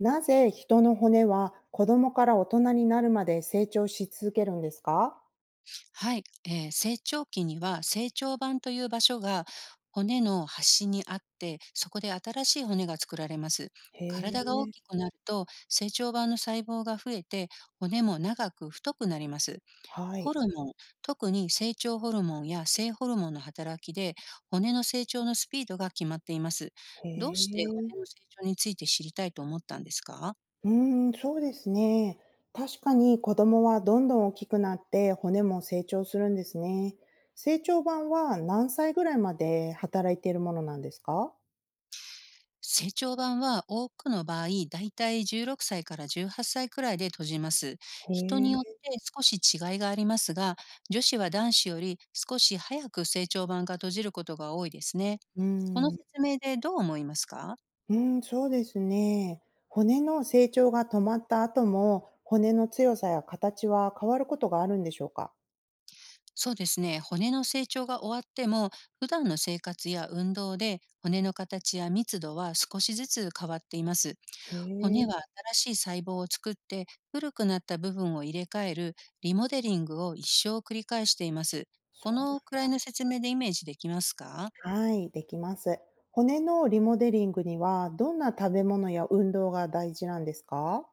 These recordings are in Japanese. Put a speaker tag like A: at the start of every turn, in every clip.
A: なぜ人の骨は子供から大人になるまで成長し続けるんですか？
B: はい、成長期には成長板という場所が骨の端にあって、そこで新しい骨が作られます。
A: へ
B: 体
A: え。
B: が大きくなると成長板の細胞が増えて、骨も長く太くなります。
A: はい。
B: ホルモン、特に成長ホルモンや性ホルモンの働きで、骨の成長のスピードが決まっています。
A: へ
B: どうして
A: え。
B: 骨の成長について知りたいと思ったんですか？
A: うーん、そうですね。確かに子供はどんどん大きくなって骨も成長するんですね。成長版は何歳ぐらいまで働いているものなんですか？
B: 成長版は多くの場合、だいたい16歳から18歳くらいで閉じます。
A: へ
B: 人によっ
A: え。
B: て少し違いがありますが、女子は男子より少し早く成長版が閉じることが多いですね。
A: う
B: この
A: ん。
B: 説明でどう思いますか？
A: うん、そうですね。骨の成長が止まった後も骨の強さや形は変わることがあるんでしょうか？
B: そうですね。骨の成長が終わっても、普段の生活や運動で骨の形や密度は少しずつ変わっています。
A: へ
B: 骨
A: え。
B: は新しい細胞を作って、古くなった部分を入れ替えるリモデリングを一生繰り返しています。
A: そ
B: こ
A: う、
B: のくらいの説明でイメージできますか？
A: はい、できます。骨のリモデリングには、どんな食べ物や運動が大事なんですか？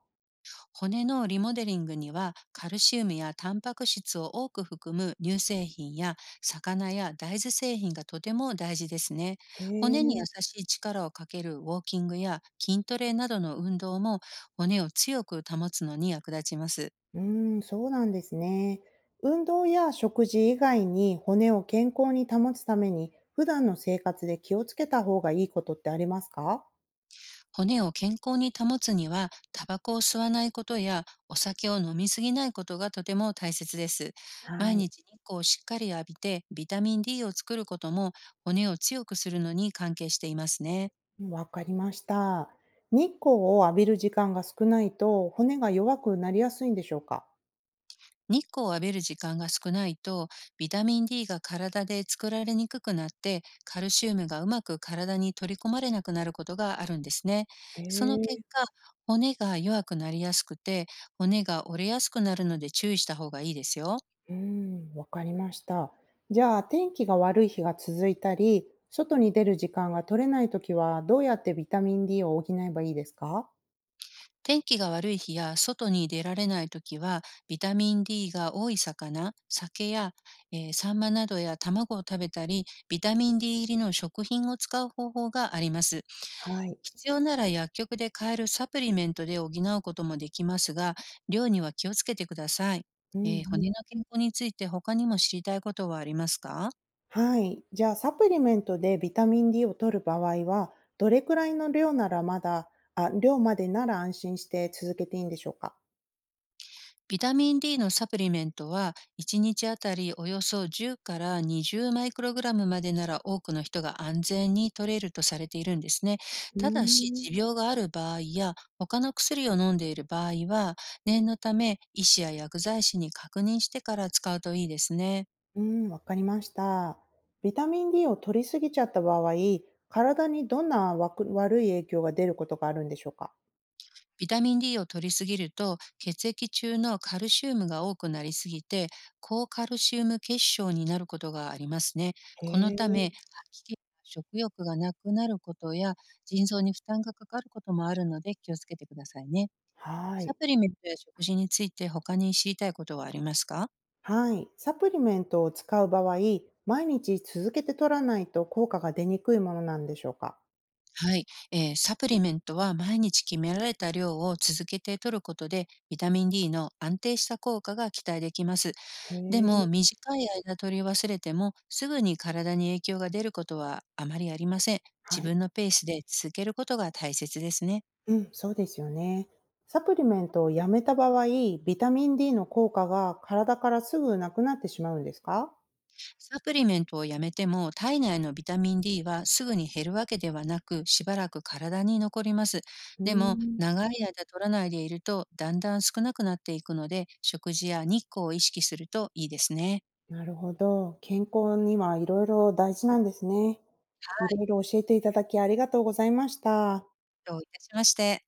B: 骨のリモデリングには、カルシウムやタンパク質を多く含む乳製品や魚や大豆製品がとても大事ですね。
A: へ
B: 骨に
A: え、
B: 優しい力をかけるウォーキングや筋トレなどの運動も、骨を強く保つのに役立ちます。
A: うん、そうなんですね。運動や食事以外に骨を健康に保つために、普段の生活で気をつけた方がいいことってありますか？
B: 骨を健康に保つには、タバコを吸わないことやお酒を飲みすぎないことがとても大切です。
A: は
B: 毎
A: い、
B: 日日光をしっかり浴びてビタミン D を作ることも、骨を強くするのに関係していますね。
A: わかりました。日光を浴びる時間が少ないと、骨が弱くなりやすいんでしょうか？
B: 日光を浴びる時間が少ないと、ビタミン D が体で作られにくくなって、カルシウムがうまく体に取り込まれなくなることがあるんですね。
A: へ
B: その結
A: え。
B: 果、骨が弱くなりやすくて、骨が折れやすくなるので注意した方がいいですよ。
A: うーん、わかりました。じゃあ、天気が悪い日が続いたり、外に出る時間が取れないときは、どうやってビタミン D を補えばいいですか？
B: 天気が悪い日や外に出られないときは、ビタミン D が多い魚、酒や、サンマなどや卵を食べたり、ビタミン D 入りの食品を使う方法があります。
A: はい。
B: 必要なら薬局で買えるサプリメントで補うこともできますが、量には気をつけてください。
A: うんう
B: 骨
A: ん。
B: の健康について他にも知りたいことはありますか？
A: はい。じゃあ、サプリメントでビタミン D を取る場合は、どれくらいの量ならまだ、あ、量までなら安心して続けていいんでしょうか？
B: ビタミン D のサプリメントは、1日あたりおよそ10から20マイクログラムまでなら、多くの人が安全に取れるとされているんですね。
A: うー
B: ただし、
A: ん。
B: 持病がある場合や、他の薬を飲んでいる場合は、念のため医師や薬剤師に確認してから使うといいですね。
A: うん、わかりました。ビタミン D を取りすぎちゃった場合、体にどんな悪い影響が出ることがあるんでしょうか？
B: ビタミン D を摂りすぎると、血液中のカルシウムが多くなりすぎて、高カルシウム血症になることがありますね。
A: へ
B: この
A: え。
B: ため、吐き気や食欲がなくなることや、腎臓に負担がかかることもあるので気をつけてくださいね。
A: は
B: サ
A: い。
B: プリメントや食事について他に知りたいことはありますか？
A: はい。サプリメントを使う場合、毎日続けて取らないと効果が出にくいものなんでしょうか？
B: はい、サプリメントは毎日決められた量を続けて摂ることで、ビタミン D の安定した効果が期待できます。
A: へ
B: で
A: え。
B: も、短い間取り忘れても、すぐに体に影響が出ることはあまりありません。
A: は
B: 自
A: い。
B: 分のペースで続けることが大切ですね。
A: うん、そうですよね。サプリメントをやめた場合、ビタミン D の効果が体からすぐなくなってしまうんですか？
B: サプリメントをやめても、体内のビタミン D はすぐに減るわけではなく、しばらく体に残ります。
A: うー
B: でも、
A: ん、
B: 長い間取らないでいると、だんだん少なくなっていくので、食事や日光を意識するといいですね。
A: なるほど。健康にはいろいろ大事なんですね。いろいろ教えていただきありがとうございました。
B: どういたしまして。